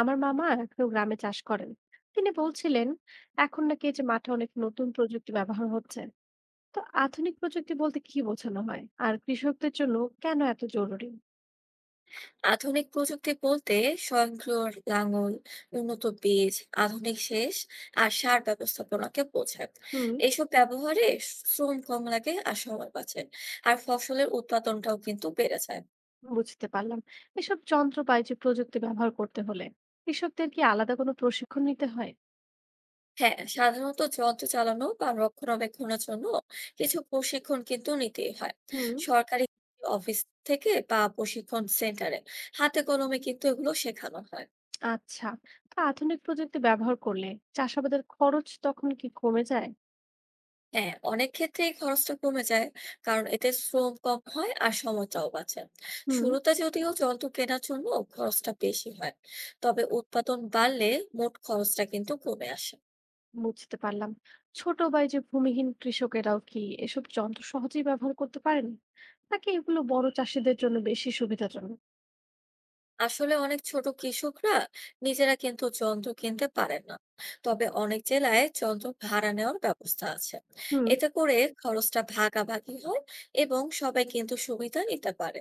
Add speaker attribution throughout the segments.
Speaker 1: আমার মামা এখনো গ্রামে চাষ করেন। তিনি বলছিলেন এখন নাকি এই যে মাঠে অনেক নতুন প্রযুক্তি ব্যবহার হচ্ছে। তো আধুনিক প্রযুক্তি বলতে কি বোঝানো হয়, আর কৃষকদের জন্য কেন এত জরুরি?
Speaker 2: আধুনিক প্রযুক্তি বলতে স্বয়ংক্রিয় লাঙল, উন্নত বীজ, আধুনিক সেচ আর সার ব্যবস্থাপনাকে বোঝায়।
Speaker 1: হুম,
Speaker 2: এইসব ব্যবহারে শ্রম কম লাগে আর সময় বাঁচে, আর ফসলের উৎপাদনটাও কিন্তু বেড়ে যায়।
Speaker 1: বুঝতে পারলাম। এসব যন্ত্র বা এই যে প্রযুক্তি ব্যবহার করতে হলে কৃষকদের কি আলাদা কোনো প্রশিক্ষণ নিতে হয়?
Speaker 2: হ্যাঁ, সাধারণত যন্ত্র চালানো বা রক্ষণাবেক্ষণের জন্য কিছু প্রশিক্ষণ কিন্তু নিতেই হয়।
Speaker 1: হুম,
Speaker 2: সরকারি অফিস থেকে বা প্রশিক্ষণ সেন্টারে হাতে কলমে কিন্তু এগুলো শেখানো হয়।
Speaker 1: আচ্ছা। তো আধুনিক প্রযুক্তি ব্যবহার করলে চাষাবাদের খরচ তখন কি কমে যায়?
Speaker 2: হ্যাঁ, অনেক ক্ষেত্রেই খরচটা কমে যায়, কারণ এতে শ্রম কম হয় আর সময়টাও বাঁচে।
Speaker 1: হুম,
Speaker 2: শুরুতে যদিও যন্ত্র কেনার জন্য খরচটা বেশি হয়, তবে উৎপাদন বাড়লে মোট খরচটা কিন্তু কমে আসে।
Speaker 1: বুঝতে পারলাম। ছোট বা এই যে ভূমিহীন কৃষকেরাও কি এসব যন্ত্র সহজেই ব্যবহার করতে পারেন, নাকি এগুলো বড় চাষীদের জন্য বেশি সুবিধাজনক?
Speaker 2: আসলে অনেক ছোট কৃষকরা নিজেরা কিন্তু যন্ত্র কিনতে পারেন না, তবে অনেক জেলায় যন্ত্র ভাড়া নেওয়ার ব্যবস্থা আছে।
Speaker 1: হুম,
Speaker 2: এতে করে খরচটা ভাগাভাগি হয় এবং সবাই কিন্তু সুবিধা নিতে পারে।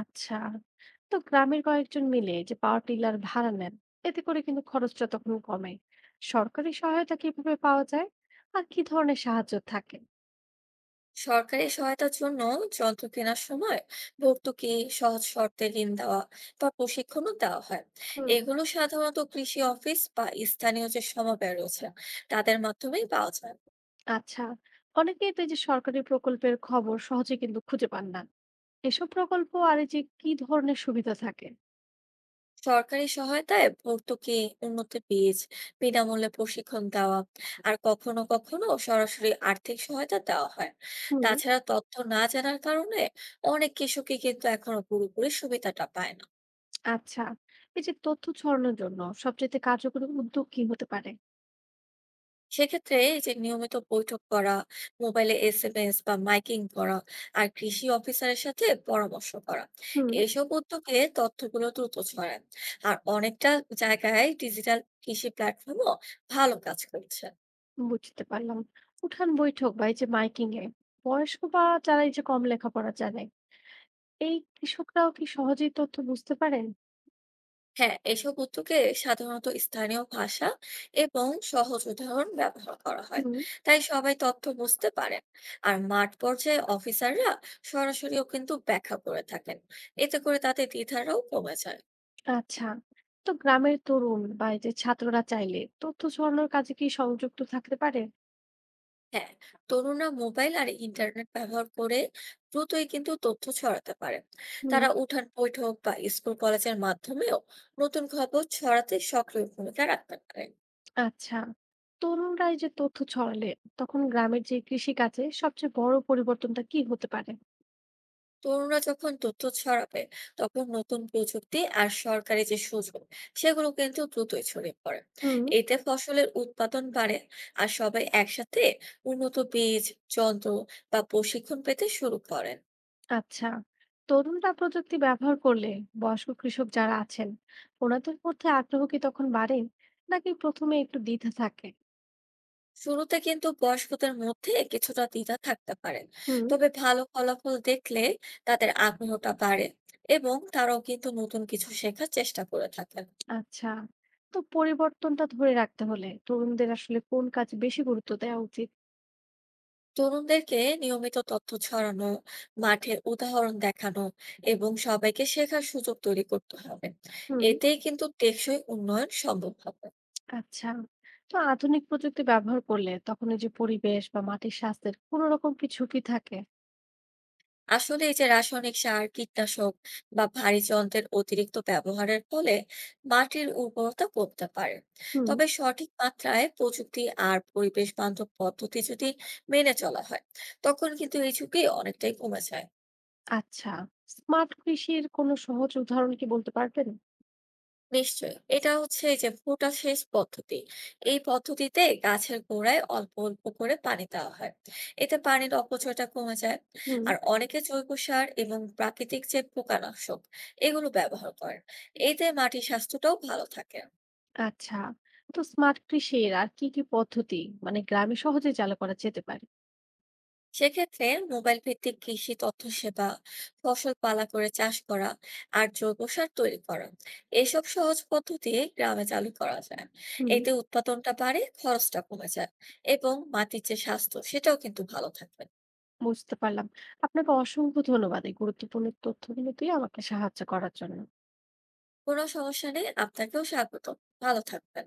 Speaker 1: আচ্ছা। তো গ্রামের কয়েকজন মিলে যে পাওয়ার টিলার ভাড়া নেন, এতে করে কিন্তু খরচটা তখন কমে। সরকারি সহায়তা কিভাবে পাওয়া যায়, আর কি ধরনের সাহায্য থাকে?
Speaker 2: সরকারি সহায়তার জন্য যন্ত্র কেনার সময় ভর্তুকি, সহজ শর্তে ঋণ দেওয়া বা প্রশিক্ষণও দেওয়া হয়।
Speaker 1: হুম,
Speaker 2: এগুলো সাধারণত কৃষি অফিস বা স্থানীয় যে সমবায় রয়েছে তাদের মাধ্যমেই পাওয়া যায়।
Speaker 1: আচ্ছা। অনেকেই তো এই যে সরকারি প্রকল্পের খবর সহজে কিন্তু খুঁজে পান না। এসব প্রকল্প আর এই যে কি ধরনের সুবিধা থাকে?
Speaker 2: সরকারি সহায়তায় ভর্তুকি, উন্নত বীজ, বিনামূল্যে প্রশিক্ষণ দেওয়া আর কখনো কখনো সরাসরি আর্থিক সহায়তা দেওয়া হয়।
Speaker 1: হুম,
Speaker 2: তাছাড়া তথ্য না জানার কারণে অনেক কৃষকই কিন্তু এখনো পুরোপুরি সুবিধাটা পায় না।
Speaker 1: আচ্ছা। এই যে তথ্য ছড়ানোর জন্য সবচেয়ে কার্যকরী উদ্যোগ কি হতে পারে?
Speaker 2: সেক্ষেত্রে এই যে নিয়মিত বৈঠক করা, মোবাইলে এসএমএস বা মাইকিং করা, আর কৃষি অফিসারের সাথে পরামর্শ করা।
Speaker 1: হুম,
Speaker 2: এসব উদ্যোগে তথ্যগুলো দ্রুত ছড়ায়, আর অনেকটা জায়গায় ডিজিটাল কৃষি প্ল্যাটফর্মও ভালো কাজ করছে।
Speaker 1: বুঝতে পারলাম। উঠান বৈঠক বা এই যে মাইকিং এ বয়স্ক বা যারা এই যে কম লেখাপড়া জানে, এই কৃষকরাও কি সহজেই তথ্য বুঝতে পারেন?
Speaker 2: হ্যাঁ, এসব উদ্যোগে সাধারণত স্থানীয় ভাষা এবং সহজ উদাহরণ ব্যবহার করা হয়।
Speaker 1: হুম,
Speaker 2: তাই সবাই তথ্য বুঝতে পারেন, আর মাঠ পর্যায়ে অফিসাররা সরাসরিও কিন্তু ব্যাখ্যা করে থাকেন। এতে করে তাদের দ্বিধারাও কমে যায়।
Speaker 1: আচ্ছা। তো গ্রামের তরুণ বা এই যে ছাত্ররা চাইলে তথ্য ছড়ানোর কাজে কি সংযুক্ত থাকতে পারে?
Speaker 2: হ্যাঁ, তরুণরা মোবাইল আর ইন্টারনেট ব্যবহার করে দ্রুতই কিন্তু তথ্য ছড়াতে পারে।
Speaker 1: হুম,
Speaker 2: তারা উঠান বৈঠক বা স্কুল কলেজের মাধ্যমেও নতুন খবর ছড়াতে সক্রিয় ভূমিকা রাখতে পারে।
Speaker 1: আচ্ছা। তরুণরা এই যে তথ্য ছড়ালে তখন গ্রামের যে কৃষি কাজে সবচেয়ে বড় পরিবর্তনটা কি হতে পারে?
Speaker 2: তরুণরা যখন তথ্য ছড়াবে তখন নতুন প্রযুক্তি আর সরকারি যে সুযোগ সেগুলো কিন্তু দ্রুতই ছড়িয়ে পড়ে।
Speaker 1: হুম,
Speaker 2: এতে ফসলের উৎপাদন বাড়ে, আর সবাই একসাথে উন্নত বীজ, যন্ত্র বা প্রশিক্ষণ পেতে শুরু করেন।
Speaker 1: আচ্ছা। তরুণরা প্রযুক্তি ব্যবহার করলে বয়স্ক কৃষক যারা আছেন, ওনাদের মধ্যে আগ্রহ কি তখন বাড়ে, নাকি প্রথমে একটু দ্বিধা থাকে?
Speaker 2: শুরুতে কিন্তু বয়স্কদের মধ্যে কিছুটা দ্বিধা থাকতে পারে,
Speaker 1: হুম,
Speaker 2: তবে ভালো ফলাফল দেখলে তাদের আগ্রহটা বাড়ে এবং তারাও কিন্তু নতুন কিছু শেখার চেষ্টা করে থাকেন।
Speaker 1: আচ্ছা। তো পরিবর্তনটা ধরে রাখতে হলে তরুণদের আসলে কোন কাজ বেশি গুরুত্ব দেওয়া উচিত?
Speaker 2: তরুণদেরকে নিয়মিত তথ্য ছড়ানো, মাঠের উদাহরণ দেখানো এবং সবাইকে শেখার সুযোগ তৈরি করতে হবে।
Speaker 1: হুম,
Speaker 2: এতেই কিন্তু টেকসই উন্নয়ন সম্ভব হবে।
Speaker 1: আচ্ছা। তো আধুনিক প্রযুক্তি ব্যবহার করলে তখন এই যে পরিবেশ বা মাটির স্বাস্থ্যের কোনো রকম কি ঝুঁকি থাকে?
Speaker 2: আসলে এই যে রাসায়নিক সার, কীটনাশক বা ভারী যন্ত্রের অতিরিক্ত ব্যবহারের ফলে মাটির উর্বরতা কমতে পারে।
Speaker 1: হুম,
Speaker 2: তবে সঠিক মাত্রায় প্রযুক্তি আর পরিবেশ বান্ধব পদ্ধতি যদি মেনে চলা হয়, তখন কিন্তু এই ঝুঁকি অনেকটাই কমে যায়।
Speaker 1: আচ্ছা। স্মার্ট কৃষির কোনো সহজ উদাহরণ কি বলতে পারবেন?
Speaker 2: নিশ্চয়ই, এটা হচ্ছে এই যে ফুটা সেচ পদ্ধতি। এই পদ্ধতিতে গাছের গোড়ায় অল্প অল্প করে পানি দেওয়া হয়, এতে পানির অপচয়টা কমে যায়।
Speaker 1: হুম,
Speaker 2: আর অনেকে জৈব সার এবং প্রাকৃতিক যে পোকানাশক এগুলো ব্যবহার করেন, এতে মাটির স্বাস্থ্যটাও ভালো থাকে।
Speaker 1: আচ্ছা। তো স্মার্ট কৃষির আর কি কি পদ্ধতি, মানে গ্রামে সহজে চালু করা যেতে পারে?
Speaker 2: সেক্ষেত্রে মোবাইল ভিত্তিক কৃষি তথ্য সেবা, ফসল পালা করে চাষ করা, আর জৈব সার তৈরি করা, এইসব সহজ পদ্ধতি গ্রামে চালু করা যায়।
Speaker 1: হুম,
Speaker 2: এতে উৎপাদনটা বাড়ে, খরচটা কমে যায় এবং মাটির যে স্বাস্থ্য সেটাও কিন্তু ভালো থাকবে।
Speaker 1: বুঝতে পারলাম। আপনাকে অসংখ্য ধন্যবাদ এই গুরুত্বপূর্ণ তথ্যগুলো দিয়ে আমাকে সাহায্য করার জন্য।
Speaker 2: কোনো সমস্যা নেই, আপনাকেও স্বাগত। ভালো থাকবেন।